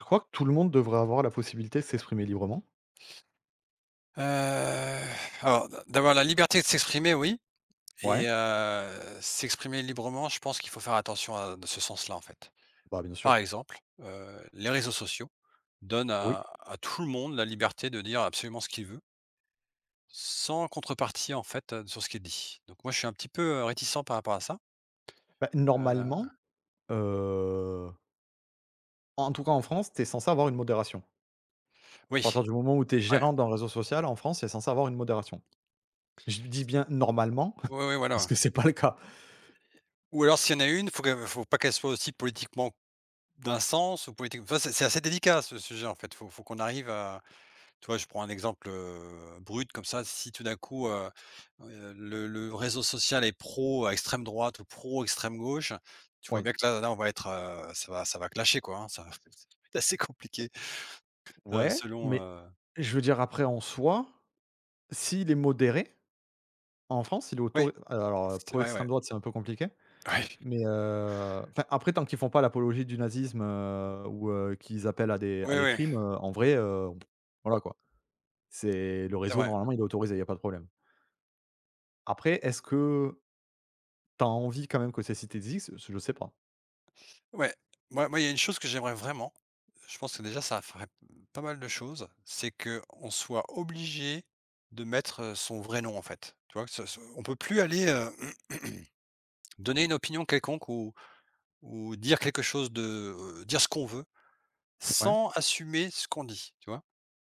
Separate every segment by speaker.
Speaker 1: Je crois que tout le monde devrait avoir la possibilité de s'exprimer librement.
Speaker 2: Heu, d'avoir la liberté de s'exprimer, oui et
Speaker 1: Ouais,
Speaker 2: s'exprimer librement, je pense qu'il faut faire attention à dans ce sens-là, en fait.
Speaker 1: bah, bien
Speaker 2: Par
Speaker 1: sûr.
Speaker 2: exemple, les réseaux sociaux donnent
Speaker 1: Oui.
Speaker 2: à tout le monde la liberté de dire absolument ce qu'il veut, sans contrepartie, en fait, sur ce qui est dit. Donc moi, je suis un petit peu, réticent par rapport à ça.
Speaker 1: Bah,
Speaker 2: Heu,
Speaker 1: normalement, heu, en tout cas en France, tu es censé avoir une modération. À partir
Speaker 2: oui,
Speaker 1: du moment où tu es
Speaker 2: ouais,
Speaker 1: gérant d'un réseau social en France, tu es censé avoir une modération. Je dis bien normalement,
Speaker 2: oui, oui,
Speaker 1: parce
Speaker 2: voilà.
Speaker 1: que c'est pas le cas.
Speaker 2: Ou alors s'il y en a une, faut pas qu'elle soit aussi politiquement d'un sens ou politique enfin, c'est assez délicat ce sujet, en fait. Faut qu'on arrive à... Tu vois, je prends un exemple, brut comme ça, si tout d'un coup, le réseau social est pro à extrême droite ou pro extrême gauche, tu vois
Speaker 1: Oui.
Speaker 2: bien que là, on va être, ça va clasher quoi, hein, ça va être assez compliqué, heu,
Speaker 1: Ouais,
Speaker 2: selon,
Speaker 1: mais
Speaker 2: heu
Speaker 1: je veux dire après en soi, s'il est modéré, en France, il est
Speaker 2: ouais,
Speaker 1: autori alors,
Speaker 2: c'est
Speaker 1: pro
Speaker 2: vrai,
Speaker 1: extrême
Speaker 2: ouais.
Speaker 1: droite, c'est un peu compliqué. Mais, enfin, après tant qu'ils font pas l'apologie du nazisme, ou, qu'ils appellent à des
Speaker 2: Ouais,
Speaker 1: à
Speaker 2: ouais
Speaker 1: des
Speaker 2: ouais,
Speaker 1: crimes, en vrai, voilà quoi. C'est le
Speaker 2: c'est
Speaker 1: réseau,
Speaker 2: vrai.
Speaker 1: normalement il est autorisé, il y a pas de problème. Après est-ce que t'as envie quand même que ces sites existent? Je sais pas.
Speaker 2: Ouais. Moi, il y a une chose que j'aimerais vraiment, je pense que déjà ça ferait pas mal de choses, c'est que on soit obligé de mettre, son vrai nom en fait. Tu vois? Que ce ce on peut plus aller, donner une opinion quelconque ou... Ou dire quelque chose de, dire ce qu'on veut,
Speaker 1: Ouais?
Speaker 2: sans assumer ce qu'on dit, tu vois?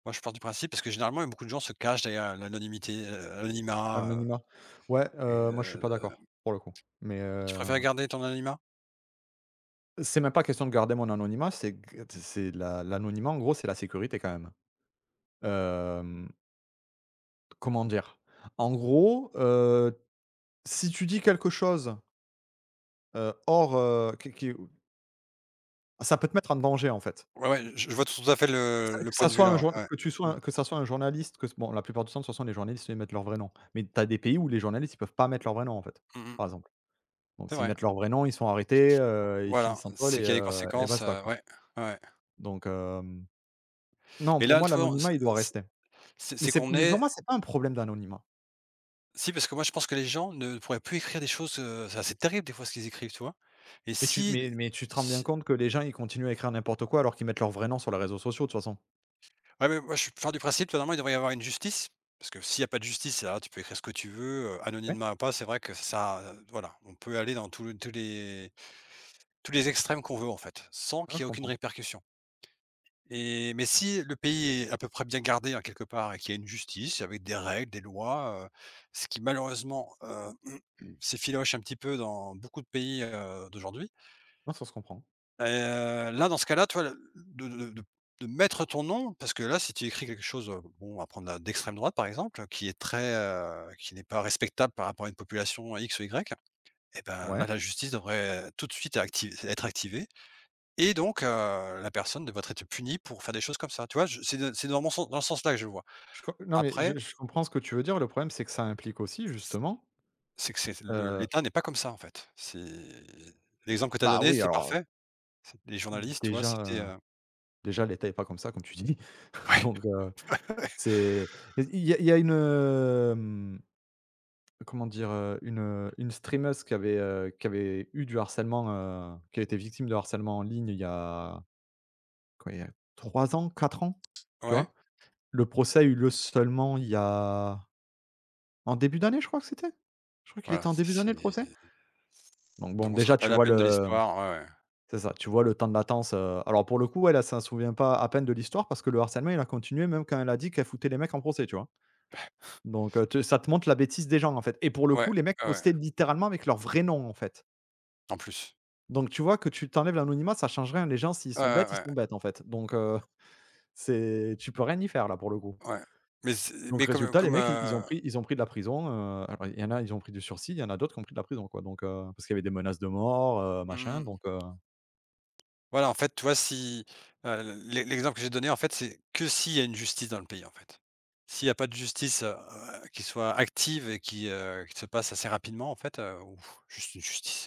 Speaker 2: Moi, je pars du principe parce que généralement, beaucoup de gens se cachent derrière l'anonymité, anonymat,
Speaker 1: Anonymat? Ouais,
Speaker 2: heu et
Speaker 1: moi je suis pas
Speaker 2: heu,
Speaker 1: d'accord, pour le coup. Mais,
Speaker 2: tu préfères garder ton anonymat?
Speaker 1: c'est même pas question de garder mon anonymat, c'est g c'est la l'anonymat en gros c'est la sécurité quand même. Hem, comment dire? En gros, si tu dis quelque chose, hors, qui ça peut te mettre en danger, en fait.
Speaker 2: Ouais, ouais, je vois tout à fait
Speaker 1: Que
Speaker 2: le point
Speaker 1: ça
Speaker 2: de vue
Speaker 1: soit un
Speaker 2: là, ouais,
Speaker 1: jour
Speaker 2: ouais.
Speaker 1: que tu sois
Speaker 2: Mmh.
Speaker 1: un- que ça soit un journaliste, que bon, la plupart du temps, de toute façon, les journalistes, ils mettent leur vrai nom. Mais tu as des pays où les journalistes, ils peuvent pas mettre leur vrai nom, en fait,
Speaker 2: Mmh mh.
Speaker 1: par exemple. Donc
Speaker 2: C'est
Speaker 1: s'ils
Speaker 2: vrai.
Speaker 1: mettent leur vrai nom, ils sont arrêtés, ils
Speaker 2: Voilà,
Speaker 1: finissent en tôle
Speaker 2: c'est qu'il y a des
Speaker 1: et
Speaker 2: conséquences,
Speaker 1: basta, quoi.
Speaker 2: ouais, ouais, ouais.
Speaker 1: Donc hem, non,
Speaker 2: Mais
Speaker 1: pour
Speaker 2: là,
Speaker 1: moi,
Speaker 2: tu vois,
Speaker 1: l'anonymat, il doit rester. Mais
Speaker 2: c'est
Speaker 1: c'est
Speaker 2: qu'on
Speaker 1: mais pour
Speaker 2: est...
Speaker 1: moi, c'est pas un problème d'anonymat.
Speaker 2: si, parce que moi, je pense que les gens ne pourraient plus écrire des choses, c'est assez terrible, des fois, ce qu'ils écrivent, tu vois? Et
Speaker 1: Mais tu
Speaker 2: si
Speaker 1: mais mais tu te rends bien
Speaker 2: si
Speaker 1: compte que les gens, ils continuent à écrire n'importe quoi alors qu'ils mettent leur vrai nom sur les réseaux sociaux, de toute façon?
Speaker 2: ouais, mais moi, je suis pars du principe, tu normalement, il devrait y avoir une justice, parce que s'il y a pas de justice, là, tu peux écrire ce que tu veux,
Speaker 1: Ouais,
Speaker 2: anonymat ou pas, c'est vrai que ça, voilà, on peut aller dans tous les extrêmes qu'on veut, en fait, sans
Speaker 1: ouais,
Speaker 2: qu'il y
Speaker 1: je
Speaker 2: ait aucune
Speaker 1: comprends.
Speaker 2: répercussion. Et mais si le pays est à peu près bien gardé, hein, quelque part et qu'il y a une justice avec des règles, des lois, ce qui malheureusement, s'effiloche un petit peu dans beaucoup de pays, d'aujourd'hui.
Speaker 1: Non, ça se comprend.
Speaker 2: Et là, dans ce cas-là, toi, le de mettre ton nom, parce que là, si tu écris quelque chose, bon, on va prendre, d'extrême droite, par exemple, qui est très, qui n'est pas respectable par rapport à une population X ou Y, et ben,
Speaker 1: Ouais.
Speaker 2: là, la justice devrait tout de suite activ être activée et donc, la personne devrait être punie pour faire des choses comme ça. Tu vois? Je c'est de c'est dans ce sens-là que je le vois.
Speaker 1: Je co non, mais
Speaker 2: Après,
Speaker 1: je comprends ce que tu veux dire. Le problème, c'est que ça implique aussi
Speaker 2: c
Speaker 1: justement,
Speaker 2: c'est que c'est le
Speaker 1: heu,
Speaker 2: l'État n'est pas comme ça, en fait. C'est l'exemple que tu as
Speaker 1: bah,
Speaker 2: donné,
Speaker 1: oui,
Speaker 2: c'est
Speaker 1: alors,
Speaker 2: parfait. C'est les journalistes, tu vois,
Speaker 1: déjà,
Speaker 2: c'était,
Speaker 1: déjà l'État est pas comme ça, comme tu dis.
Speaker 2: ouais,
Speaker 1: Donc,
Speaker 2: ouais,
Speaker 1: c'est il y a une, hem, comment dire? Une streameuse qui avait eu du harcèlement, qui a été victime de harcèlement en ligne il y a quoi? Il y a 3 ans, 4 ans, tu
Speaker 2: ouais,
Speaker 1: vois? Le procès a eu lieu seulement il y a en début d'année, je crois que c'était? Je crois qu'il était
Speaker 2: voilà,
Speaker 1: en début d'année,
Speaker 2: c'est
Speaker 1: le procès? Donc bon,
Speaker 2: donc on se
Speaker 1: déjà,
Speaker 2: rappelle
Speaker 1: tu
Speaker 2: la
Speaker 1: vois
Speaker 2: peine de
Speaker 1: le
Speaker 2: l'histoire, ouais, ouais.
Speaker 1: C'est ça, tu vois le temps de latence, alors pour le coup, elle, elle s'en souvient pas à peine de l'histoire parce que le harcèlement, il a continué même quand elle a dit qu'elle foutait les mecs en procès, tu vois? Donc te ça te montre la bêtise des gens, en fait, et pour le
Speaker 2: Ouais,
Speaker 1: coup, les mecs
Speaker 2: ouais, ouais,
Speaker 1: postaient littéralement avec leur vrai nom, en fait.
Speaker 2: en plus.
Speaker 1: Donc tu vois que tu t'enlèves l'anonymat, ça change rien. Les gens, s'ils sont
Speaker 2: Ouais,
Speaker 1: bêtes, ils
Speaker 2: ouais,
Speaker 1: sont bêtes, en fait. C'est tu peux rien y faire là, pour le coup.
Speaker 2: ouais, ouais. Mais c'est
Speaker 1: Donc
Speaker 2: mais comme,
Speaker 1: résultat, les
Speaker 2: comme,
Speaker 1: mecs, ils ils ont pris ils ont pris de la prison, alors il y en a, ils ont pris du sursis, il y en a d'autres qui ont pris de la prison, quoi, parce qu'il y avait des menaces de mort, machin,
Speaker 2: mmh. Voilà, en fait, tu vois, si, l'exemple que j'ai donné, en fait, c'est que s'il y a une justice dans le pays, en fait. S'il n'y a pas de justice, qui soit active et qui se passe assez rapidement, en fait, ou juste une justice.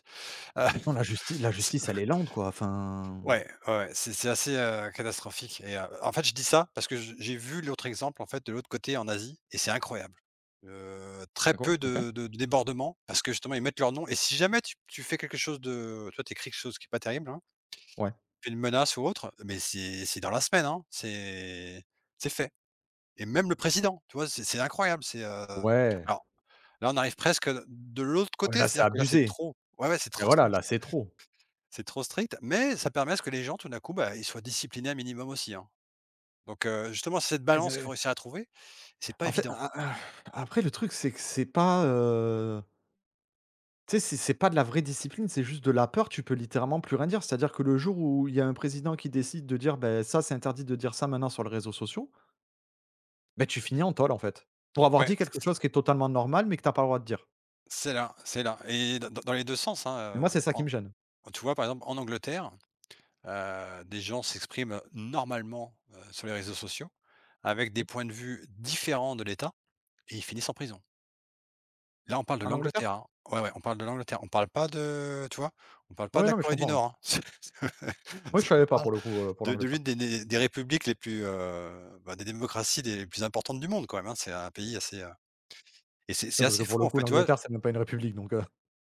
Speaker 2: Heu,
Speaker 1: non, la justice, la
Speaker 2: c'est
Speaker 1: justice, elle est lente, quoi, enfin
Speaker 2: ouais, ouais, ouais, c'est assez, catastrophique et en fait, je dis ça parce que j'ai vu l'autre exemple, en fait, de l'autre côté en Asie et c'est incroyable. Très
Speaker 1: D'accord,
Speaker 2: peu
Speaker 1: OK.
Speaker 2: de débordements parce que justement, ils mettent leur nom et si jamais tu fais quelque chose de toi, t'écris quelque chose qui est pas terrible, hein,
Speaker 1: Ouais.
Speaker 2: une menace ou autre, mais c'est dans la semaine, hein, c'est fait et même le président, tu vois? C'est incroyable, c'est,
Speaker 1: Ouais.
Speaker 2: alors là, on arrive presque, de l'autre
Speaker 1: Ouais,
Speaker 2: côté,
Speaker 1: là, c'est
Speaker 2: c'est-à-dire que là, c'est
Speaker 1: abusé.
Speaker 2: trop ouais, ouais,
Speaker 1: Et voilà, là, c'est trop.
Speaker 2: c'est trop strict, mais ça permet à ce que les gens, tout d'un coup, bah, ils soient disciplinés un minimum aussi, hein. Donc justement, c'est cette
Speaker 1: Et
Speaker 2: balance qu'il
Speaker 1: ze
Speaker 2: faut réussir à trouver, c'est pas
Speaker 1: En fait,
Speaker 2: évident.
Speaker 1: a a après le truc, c'est que c'est pas, tu sais, c'est pas de la vraie discipline, c'est juste de la peur, tu peux littéralement plus rien dire. C'est-à-dire que le jour où il y a un président qui décide de dire: «Beh, ça, c'est interdit de dire ça maintenant sur les réseaux sociaux», beh, tu finis en tôle, en fait, pour avoir
Speaker 2: Ouais,
Speaker 1: dit quelque chose qui est totalement normal, mais que tu as pas le droit de dire.
Speaker 2: c'est là et dans les 2 sens,
Speaker 1: Et moi,
Speaker 2: hein,
Speaker 1: c'est ça qui
Speaker 2: en
Speaker 1: me gêne.
Speaker 2: tu vois, par exemple, en Angleterre. Des gens s'expriment normalement, sur les réseaux sociaux, avec des
Speaker 1: Oui.
Speaker 2: points de vue différents de l'État et ils finissent en prison. Là, on parle de
Speaker 1: En Angleterre?
Speaker 2: l'Angleterre, hein. Ouais, ouais, on parle de l'Angleterre, on parle pas de... tu vois? On parle pas
Speaker 1: Ouais,
Speaker 2: de la
Speaker 1: non, mais je
Speaker 2: Corée du
Speaker 1: comprends, ouais.
Speaker 2: Nord, hein. C'est
Speaker 1: Moi, je
Speaker 2: on
Speaker 1: savais pas
Speaker 2: parle
Speaker 1: pour le coup, pour
Speaker 2: de
Speaker 1: l'Angleterre.
Speaker 2: l'une des républiques les plus, bah, des démocraties les plus importantes du monde quand même, hein. C'est un pays assez, et c'est
Speaker 1: Ouais,
Speaker 2: c'est
Speaker 1: parce que
Speaker 2: assez
Speaker 1: pour
Speaker 2: fou
Speaker 1: le
Speaker 2: en
Speaker 1: coup,
Speaker 2: fait, tu vois?
Speaker 1: l'Angleterre, c'est même pas une république,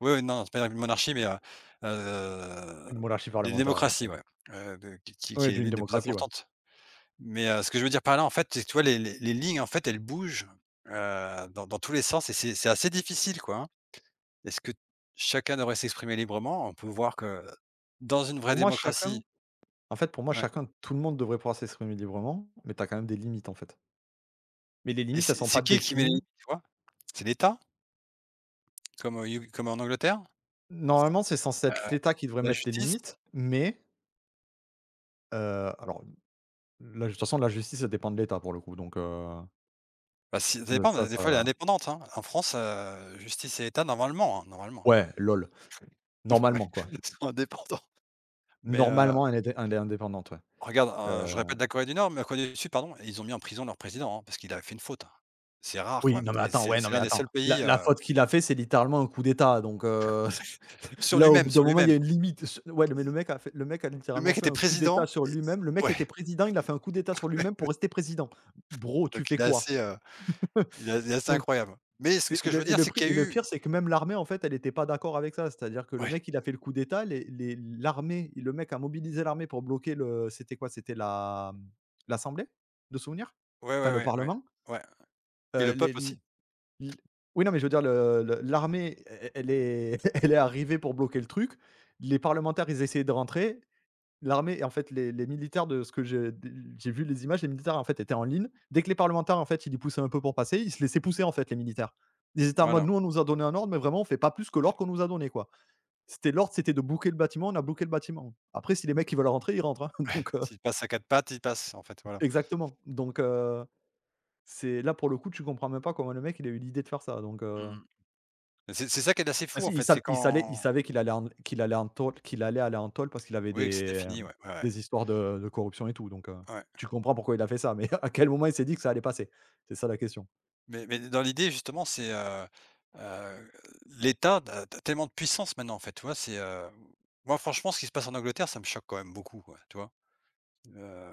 Speaker 2: Ouais, ouais, non, c'est pas une monarchie, mais, heu,
Speaker 1: une monarchie
Speaker 2: des
Speaker 1: parlementaire, ouais.
Speaker 2: démocraties, ouais, de qui
Speaker 1: Oui,
Speaker 2: est
Speaker 1: d'une
Speaker 2: l'une des plus
Speaker 1: démocratie, ouais.
Speaker 2: importantes. Mais, ce que je veux dire par là, en fait, c'est que tu vois les lignes, en fait, elles bougent, dans tous les sens et c'est assez difficile, quoi, hein. Est-ce que chacun devrait s'exprimer librement? On peut voir que dans une
Speaker 1: Pour
Speaker 2: vraie
Speaker 1: moi, chacun
Speaker 2: démocratie
Speaker 1: en fait, pour moi,
Speaker 2: ouais
Speaker 1: chacun, tout le monde devrait pouvoir s'exprimer librement, mais tu as quand même des limites, en fait. Mais les
Speaker 2: et
Speaker 1: limites, elles sont pas
Speaker 2: c'est qui met les
Speaker 1: définies.
Speaker 2: limites, tu vois? C'est l'État, comme au You comme en Angleterre?
Speaker 1: Normalement, c'est censé être
Speaker 2: Heu,
Speaker 1: l'État qui devrait
Speaker 2: la
Speaker 1: mettre des
Speaker 2: justice?
Speaker 1: limites, mais heu, alors, là, de toute façon, la justice, ça dépend de l'État, pour le coup, donc
Speaker 2: Bah, si ça
Speaker 1: ça ça
Speaker 2: dépend, des fois, elle est
Speaker 1: ça
Speaker 2: indépendante, hein. En France, justice et État, normalement, hein, normalement,
Speaker 1: ouais, lol,
Speaker 2: ouais,
Speaker 1: normalement, quoi.
Speaker 2: ils sont indépendants mais,
Speaker 1: Normalement, elle est indépendante, ouais.
Speaker 2: regarde, je
Speaker 1: Heu,
Speaker 2: répète la Corée du Nord, mais la Corée du Sud, pardon, ils ont mis en prison leur président, hein, parce qu'il avait fait une faute. Hein. C'est rare quand
Speaker 1: oui,
Speaker 2: même.
Speaker 1: non, mais attends, ouais, non,
Speaker 2: C'est
Speaker 1: mais
Speaker 2: l'un des
Speaker 1: attends,
Speaker 2: seuls
Speaker 1: la
Speaker 2: pays,
Speaker 1: la faute qu'il a fait, c'est littéralement un coup d'État,
Speaker 2: sur
Speaker 1: Là, au
Speaker 2: lui-même,
Speaker 1: bout d'un
Speaker 2: sur
Speaker 1: moment, il y
Speaker 2: lui-même.
Speaker 1: a une limite. Ce ouais, mais le mec a
Speaker 2: Le
Speaker 1: littéralement
Speaker 2: mec
Speaker 1: fait
Speaker 2: était
Speaker 1: un coup d'État
Speaker 2: président
Speaker 1: sur
Speaker 2: et
Speaker 1: lui-même. Le mec
Speaker 2: ouais,
Speaker 1: était président, il a fait un coup d'État sur lui-même pour rester président. Bro, tu
Speaker 2: donc
Speaker 1: fais
Speaker 2: il est
Speaker 1: quoi?
Speaker 2: assez, il est assez
Speaker 1: Donc,
Speaker 2: incroyable. Mais
Speaker 1: c'est
Speaker 2: ce
Speaker 1: et
Speaker 2: que je veux
Speaker 1: le et
Speaker 2: dire,
Speaker 1: le
Speaker 2: c'est
Speaker 1: pri
Speaker 2: qu'il y
Speaker 1: et
Speaker 2: a
Speaker 1: le pire,
Speaker 2: eu
Speaker 1: c'est que même l'armée, en fait, elle n'était pas d'accord avec ça. C'est-à-dire que le
Speaker 2: ouais,
Speaker 1: mec, il a fait le coup d'État, les l'armée le mec a mobilisé l'armée pour bloquer le c'était quoi? C'était la, mmh, l'assemblée, de souvenir?
Speaker 2: ouais, ouais,
Speaker 1: Enfin, le
Speaker 2: ouais, ouais,
Speaker 1: parlement?
Speaker 2: ouais et le
Speaker 1: Les
Speaker 2: peuple
Speaker 1: l
Speaker 2: aussi.
Speaker 1: l oui, non, mais je veux dire le l'armée, e elle est elle est arrivée pour bloquer le truc. Les parlementaires, ils essayaient de rentrer. L'armée et en fait les militaires, de ce que j'ai vu les images, les militaires en fait étaient en ligne. Dès que les parlementaires en fait, ils les poussaient un peu pour passer, ils se laissaient pousser en fait les militaires. Ils étaient en mode:
Speaker 2: Voilà.
Speaker 1: «Nous on nous a donné un ordre mais vraiment on fait pas plus que l'ordre qu'on nous a donné quoi». C'était l'ordre, c'était de bloquer le bâtiment, on a bloqué le bâtiment. Après si les mecs ils veulent rentrer, ils rentrent, hein, donc
Speaker 2: s'il passe à 4 pattes, il passe en fait, voilà.
Speaker 1: exactement. C'est là pour le coup tu comprends même pas comment le mec il a eu l'idée de faire ça donc
Speaker 2: Mmh. C'est ça qui est assez
Speaker 1: Ah
Speaker 2: fou
Speaker 1: si,
Speaker 2: en
Speaker 1: il
Speaker 2: fait,
Speaker 1: sav
Speaker 2: c'est
Speaker 1: il salait il
Speaker 2: quand
Speaker 1: savait qu'il allait aller en taule parce qu'il avait
Speaker 2: oui, que c'était
Speaker 1: des,
Speaker 2: fini,
Speaker 1: hem,
Speaker 2: ouais, ouais, ouais,
Speaker 1: des histoires de corruption et tout donc
Speaker 2: ouais.
Speaker 1: tu comprends pourquoi il a fait ça, mais à quel moment il s'est dit que ça allait passer? C'est ça la question.
Speaker 2: Mais dans l'idée justement c'est, heu, l'État a a tellement de puissance maintenant en fait, tu vois? C'est, moi franchement ce qui se passe en Angleterre ça me choque quand même beaucoup quoi, tu vois? Heu,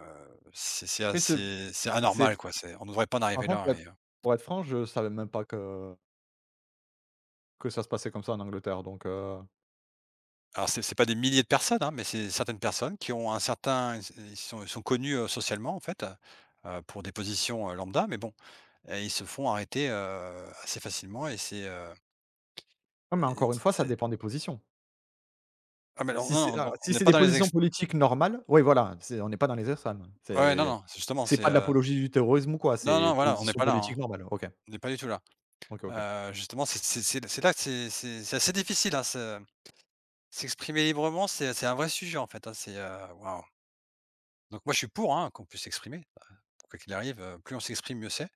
Speaker 1: Oui, ce
Speaker 2: c'est
Speaker 1: C'est
Speaker 2: anormal quoi, c'est on ne devrait pas en arriver
Speaker 1: franchement,
Speaker 2: là et
Speaker 1: pour être franc, je savais même pas que ça se passait comme ça en Angleterre donc
Speaker 2: alors c'est pas des milliers de personnes, hein, mais c'est certaines personnes qui ont un certain... ils sont connus, socialement en fait, pour des positions, lambda mais bon, et ils se font arrêter, assez facilement
Speaker 1: non mais
Speaker 2: et
Speaker 1: encore une
Speaker 2: c'est
Speaker 1: fois, ça
Speaker 2: c'est
Speaker 1: dépend des positions.
Speaker 2: ah mais non,
Speaker 1: Si c'est
Speaker 2: non,
Speaker 1: alors
Speaker 2: non, on
Speaker 1: si
Speaker 2: n'est
Speaker 1: c'est
Speaker 2: pas
Speaker 1: des
Speaker 2: dans les
Speaker 1: positions
Speaker 2: ex...
Speaker 1: politiques normales, oui voilà, c'est on n'est pas dans les extrêmes.
Speaker 2: ouais, non, non, c'est justement
Speaker 1: C'est pas
Speaker 2: c'est,
Speaker 1: de l'apologie du terrorisme ou quoi,
Speaker 2: non,
Speaker 1: c'est
Speaker 2: non, voilà, on n'est
Speaker 1: position
Speaker 2: pas là, hein.
Speaker 1: politique normale. OK.
Speaker 2: On n'est pas du tout là.
Speaker 1: OK, OK.
Speaker 2: Justement, c'est là que c'est assez difficile, hein, se s'exprimer librement, c'est un vrai sujet, en fait, hein, c'est, waouh. Donc moi, je suis pour, hein, qu'on puisse s'exprimer, quoi qu'il arrive, plus on s'exprime, mieux c'est.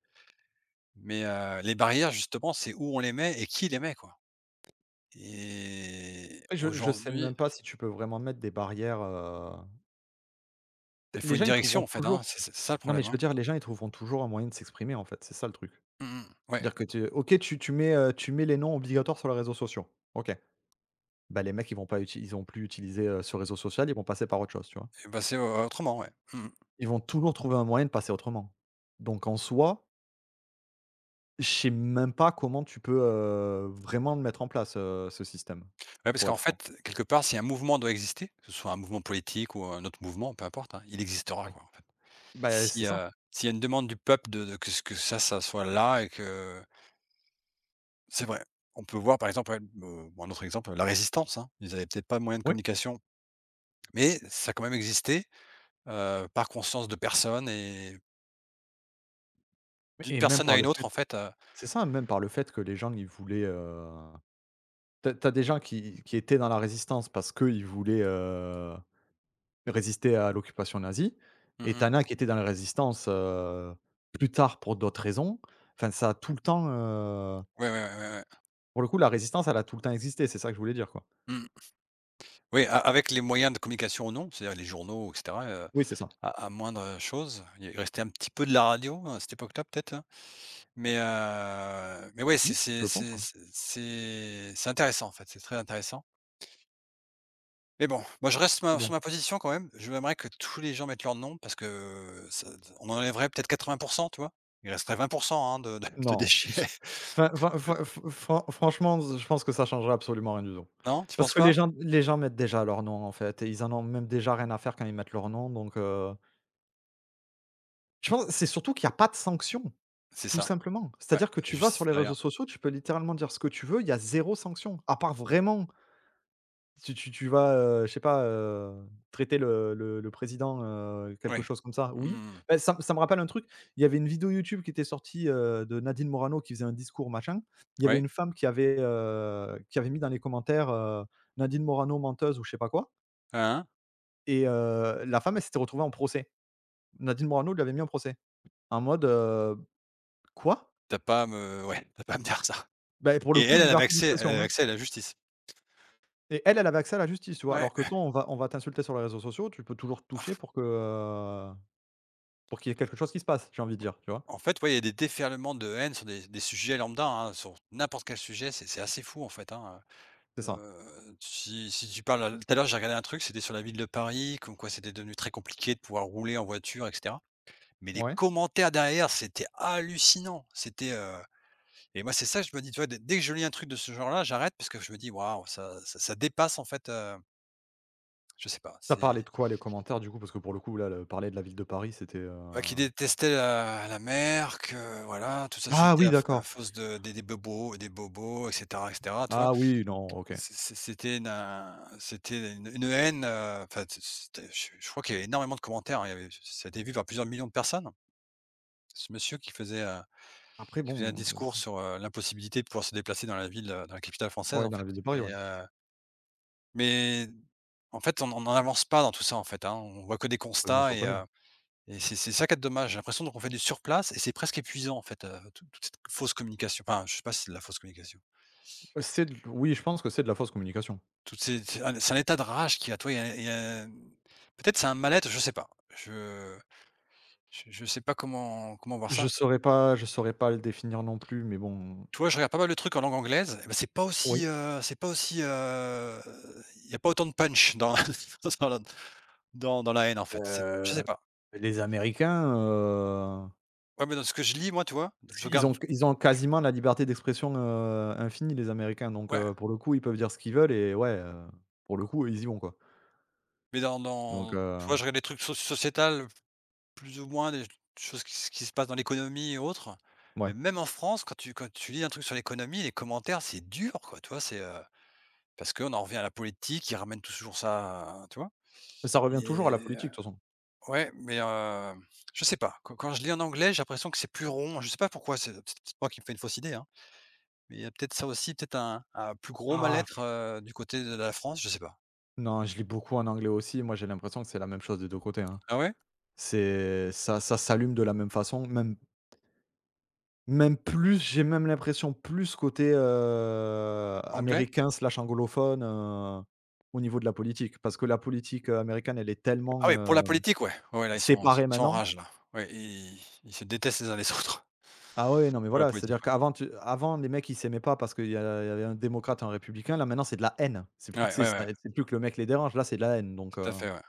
Speaker 2: Mais, les barrières, justement, c'est où on les met et qui les met, quoi. Et
Speaker 1: Ouais, je sais
Speaker 2: aujourd'hui,
Speaker 1: même pas si tu peux vraiment mettre des barrières,
Speaker 2: il faut
Speaker 1: les
Speaker 2: une
Speaker 1: gens, ils
Speaker 2: direction,
Speaker 1: trouveront
Speaker 2: en fait, hein,
Speaker 1: toujours
Speaker 2: c'est ça le
Speaker 1: non, mais
Speaker 2: problème,
Speaker 1: je
Speaker 2: hein.
Speaker 1: veux dire, les gens, ils trouveront toujours un moyen de s'exprimer, en fait, c'est ça le truc.
Speaker 2: Mmh mh. Ouais
Speaker 1: Dire que tu OK, tu mets, tu mets les noms obligatoires sur les réseaux sociaux. OK, bah, les mecs, ils vont pas uti ils vont plus utiliser, ce réseau social, ils vont passer par autre chose, tu vois?
Speaker 2: et bah, c'est, autrement, ouais. Mmh mh.
Speaker 1: Ils vont toujours trouver un moyen de passer autrement. Donc en soi, je sais même pas comment tu peux, vraiment le mettre en place, ce système,
Speaker 2: Ouais, parce
Speaker 1: pour
Speaker 2: qu'en
Speaker 1: être franc.
Speaker 2: fait, quelque part, si un mouvement doit exister, que ce soit un mouvement politique ou un autre mouvement, peu importe, hein, il existera,
Speaker 1: Ouais.
Speaker 2: quoi.
Speaker 1: Bah, c'est
Speaker 2: Si,
Speaker 1: ça.
Speaker 2: s'il y a une demande du peuple de que ce que ça soit là et que c'est vrai. On peut voir par exemple, ouais, bon, un autre exemple, la Résistance, hein. Ils avaient peut-être pas de moyens de
Speaker 1: Oui,
Speaker 2: communication, mais ça a quand même existé, par conscience de personnes et d'une
Speaker 1: et même
Speaker 2: personne
Speaker 1: par
Speaker 2: à
Speaker 1: le
Speaker 2: une autre
Speaker 1: fait
Speaker 2: en fait,
Speaker 1: C'est ça, même par le fait que les gens, ils voulaient, tu as des gens qui étaient dans la résistance parce qu'ils voulaient, résister à l'occupation nazie
Speaker 2: mmh
Speaker 1: et tu en as
Speaker 2: mh.
Speaker 1: qui étaient dans la résistance, plus tard pour d'autres raisons. Enfin, ça a tout le temps,
Speaker 2: Ouais, ouais, ouais, ouais, ouais.
Speaker 1: pour le coup, la résistance, elle a tout le temps existé, c'est ça que je voulais dire, quoi.
Speaker 2: Mmh. Oui, a avec les moyens de communication ou non, c'est-à-dire les journaux et cetera,
Speaker 1: Oui, c'est ça.
Speaker 2: à moindre, chose. Il restait un petit peu de la radio, hein, à cette époque-là peut-être, hein, mais ouais, c'est
Speaker 1: Oui, je
Speaker 2: c'est
Speaker 1: pense,
Speaker 2: c'est
Speaker 1: ouais.
Speaker 2: c'est c'est c'est intéressant en fait, c'est très intéressant. Mais bon, moi je reste
Speaker 1: Mais
Speaker 2: ma sur
Speaker 1: bon.
Speaker 2: ma position quand même. Je m'aimerais que tous les gens mettent leur nom parce que ça d on enlèverait peut-être 80, tu vois? Il resterait 20, hein, de
Speaker 1: Non.
Speaker 2: déchets.
Speaker 1: Enfin, enfin, enfin, fran franchement, je pense que ça changera absolument rien du tout.
Speaker 2: Non, tu
Speaker 1: Parce
Speaker 2: penses
Speaker 1: que les
Speaker 2: pas?
Speaker 1: gens les gens mettent déjà leur nom, en fait, et ils en ont même déjà rien à faire quand ils mettent leur nom, donc je pense c'est surtout qu'il y a pas de sanction,
Speaker 2: C'est
Speaker 1: tout
Speaker 2: ça,
Speaker 1: simplement.
Speaker 2: ouais,
Speaker 1: C'est-à-dire que
Speaker 2: la
Speaker 1: tu vas sur
Speaker 2: justice
Speaker 1: les réseaux
Speaker 2: derrière.
Speaker 1: sociaux, tu peux littéralement dire ce que tu veux, il y a zéro sanction, à part vraiment tu vas, je sais pas, traiter le président, quelque
Speaker 2: Oui.
Speaker 1: chose comme ça, oui.
Speaker 2: Mmh.
Speaker 1: Bah, ça me rappelle un truc, il y avait une vidéo YouTube qui était sortie, de Nadine Morano qui faisait un discours machin. Il y avait
Speaker 2: Oui.
Speaker 1: une femme qui avait mis dans les commentaires, Nadine Morano menteuse ou je sais pas quoi
Speaker 2: Hein, hein.
Speaker 1: et la femme, elle s'était retrouvée en procès. Nadine Morano lui avait mis en procès. En mode, quoi?
Speaker 2: Tu as pas à me dire ça
Speaker 1: Ben pour le
Speaker 2: et
Speaker 1: coup,
Speaker 2: elle,
Speaker 1: liberté
Speaker 2: elle
Speaker 1: d'expression,
Speaker 2: avait
Speaker 1: hein,
Speaker 2: accès à la justice.
Speaker 1: et elle, elle avait accès à la justice, tu vois?
Speaker 2: Ouais.
Speaker 1: Alors que toi, on va t'insulter sur les réseaux sociaux, tu peux toujours te toucher pour que, Pour qu'il y ait quelque chose qui se passe, j'ai envie de dire, tu vois?
Speaker 2: En fait, ouais, il y a des déferlements de haine sur des sujets lambda, hein, sur n'importe quel sujet, c'est assez fou en fait, hein.
Speaker 1: C'est ça.
Speaker 2: Si tu parles, tout à l'heure, j'ai regardé un truc, c'était sur la ville de Paris, comme quoi c'était devenu très compliqué de pouvoir rouler en voiture et cetera. Mais les
Speaker 1: Ouais.
Speaker 2: commentaires derrière, c'était hallucinant. Et moi, c'est ça que je me dis, tu vois? Dès que je lis un truc de ce genre-là, j'arrête parce que je me dis: «Waouh, ça dépasse en fait,» je sais pas,
Speaker 1: Ça parlait
Speaker 2: c'est
Speaker 1: de quoi les commentaires du coup? Parce que pour le coup là, le parler de la ville de Paris, c'était,
Speaker 2: bah, qui détestaient la mer, que voilà, tout ça,
Speaker 1: Ah
Speaker 2: c'était
Speaker 1: oui,
Speaker 2: à
Speaker 1: d'accord.
Speaker 2: force de des bobos et cetera et cetera.
Speaker 1: Ah oui, non, OK.
Speaker 2: C'était une haine, enfin c'était je crois qu'il y avait énormément de commentaires, hein, il y avait, ça a été vu par plusieurs millions de personnes. Ce monsieur
Speaker 1: Après
Speaker 2: qui faisait un
Speaker 1: bon, c
Speaker 2: discours
Speaker 1: c
Speaker 2: sur, l'impossibilité de pouvoir se déplacer dans la ville, dans la capitale française
Speaker 1: Ouais,
Speaker 2: en
Speaker 1: dans la
Speaker 2: fait.
Speaker 1: ville de Paris,
Speaker 2: et
Speaker 1: ouais.
Speaker 2: heu, mais en fait, on n'en avance pas dans tout ça en fait, hein. On voit que des
Speaker 1: Bah, bien
Speaker 2: constats.
Speaker 1: sûr que
Speaker 2: et
Speaker 1: non.
Speaker 2: heu et c'est ça qui est dommage. J'ai l'impression qu'on fait du surplace et c'est presque épuisant en fait, toute cette fausse communication. Enfin, je sais pas si c'est de la fausse communication.
Speaker 1: C'est de oui, je pense que c'est de la fausse communication.
Speaker 2: Toutes ces C'est un état de rage qu'il y a, toi. Il y a peut-être, c'est un mal-être, je sais pas. Je je sais pas comment voir ça.
Speaker 1: Je saurais pas le définir non plus, mais bon,
Speaker 2: Tu vois, je regarde pas mal de trucs en langue anglaise, et bah,
Speaker 1: Oui.
Speaker 2: c'est pas aussi, il y a pas autant de punch dans dans la dans la haine, en fait. C'est, je sais
Speaker 1: heu,
Speaker 2: pas.
Speaker 1: les Américains,
Speaker 2: Ouais, mais dans ce que je lis, moi, tu vois?
Speaker 1: parce
Speaker 2: Je
Speaker 1: qu'ils
Speaker 2: regarde,
Speaker 1: ont ils ont quasiment la liberté d'expression, infinie les Américains, donc
Speaker 2: ouais,
Speaker 1: pour le coup, ils peuvent dire ce qu'ils veulent et ouais, pour le coup, ils y vont, quoi.
Speaker 2: mais dans
Speaker 1: Donc
Speaker 2: dans tu vois, je regarde des trucs sociétales, plus ou moins, des choses qui se passent dans l'économie et autres,
Speaker 1: Ouais,
Speaker 2: mais même en France, quand tu lis un truc sur l'économie, les commentaires, c'est dur, quoi, tu vois? Parce qu'on en revient à la politique, ils ramènent toujours ça, tu vois?
Speaker 1: ça revient
Speaker 2: Et
Speaker 1: toujours à la
Speaker 2: heu,
Speaker 1: politique de toute façon.
Speaker 2: ouais, mais heu, je sais pas. Quand je lis en anglais, j'ai l'impression que c'est plus rond. Je sais pas pourquoi, c'est peut-être moi qui me fais une fausse idée, hein, mais il y a peut-être ça aussi, peut-être un plus gros
Speaker 1: Ah pff,
Speaker 2: mal-être, du côté de la France, je sais pas.
Speaker 1: Non, je lis beaucoup en anglais aussi, moi j'ai l'impression que c'est la même chose des 2 côtés, hein.
Speaker 2: Ah ouais?
Speaker 1: C'est ça ça s'allume de la même façon, même plus, j'ai même l'impression plus côté,
Speaker 2: Anglais?
Speaker 1: américain slash anglophone, au niveau de la politique. Parce que la politique, américaine, elle est tellement,
Speaker 2: Ah ouais, pour la politique, ouais. Ouais, là, ils
Speaker 1: séparée
Speaker 2: sont en
Speaker 1: maintenant
Speaker 2: rage, là. Ouais, ils se détestent les uns les autres
Speaker 1: Ah ouais, non mais
Speaker 2: pour la
Speaker 1: voilà, c'est-à-dire
Speaker 2: politique, ouais.
Speaker 1: qu'avant tu avant les mecs ils s'aimaient pas parce qu'il y a il y avait un démocrate et un républicain, là maintenant c'est de la haine. C'est plus de
Speaker 2: Ouais, ouais,
Speaker 1: sais,
Speaker 2: ouais,
Speaker 1: c'est plus que le mec les dérange, là c'est de la haine donc
Speaker 2: tout à fait, ouais.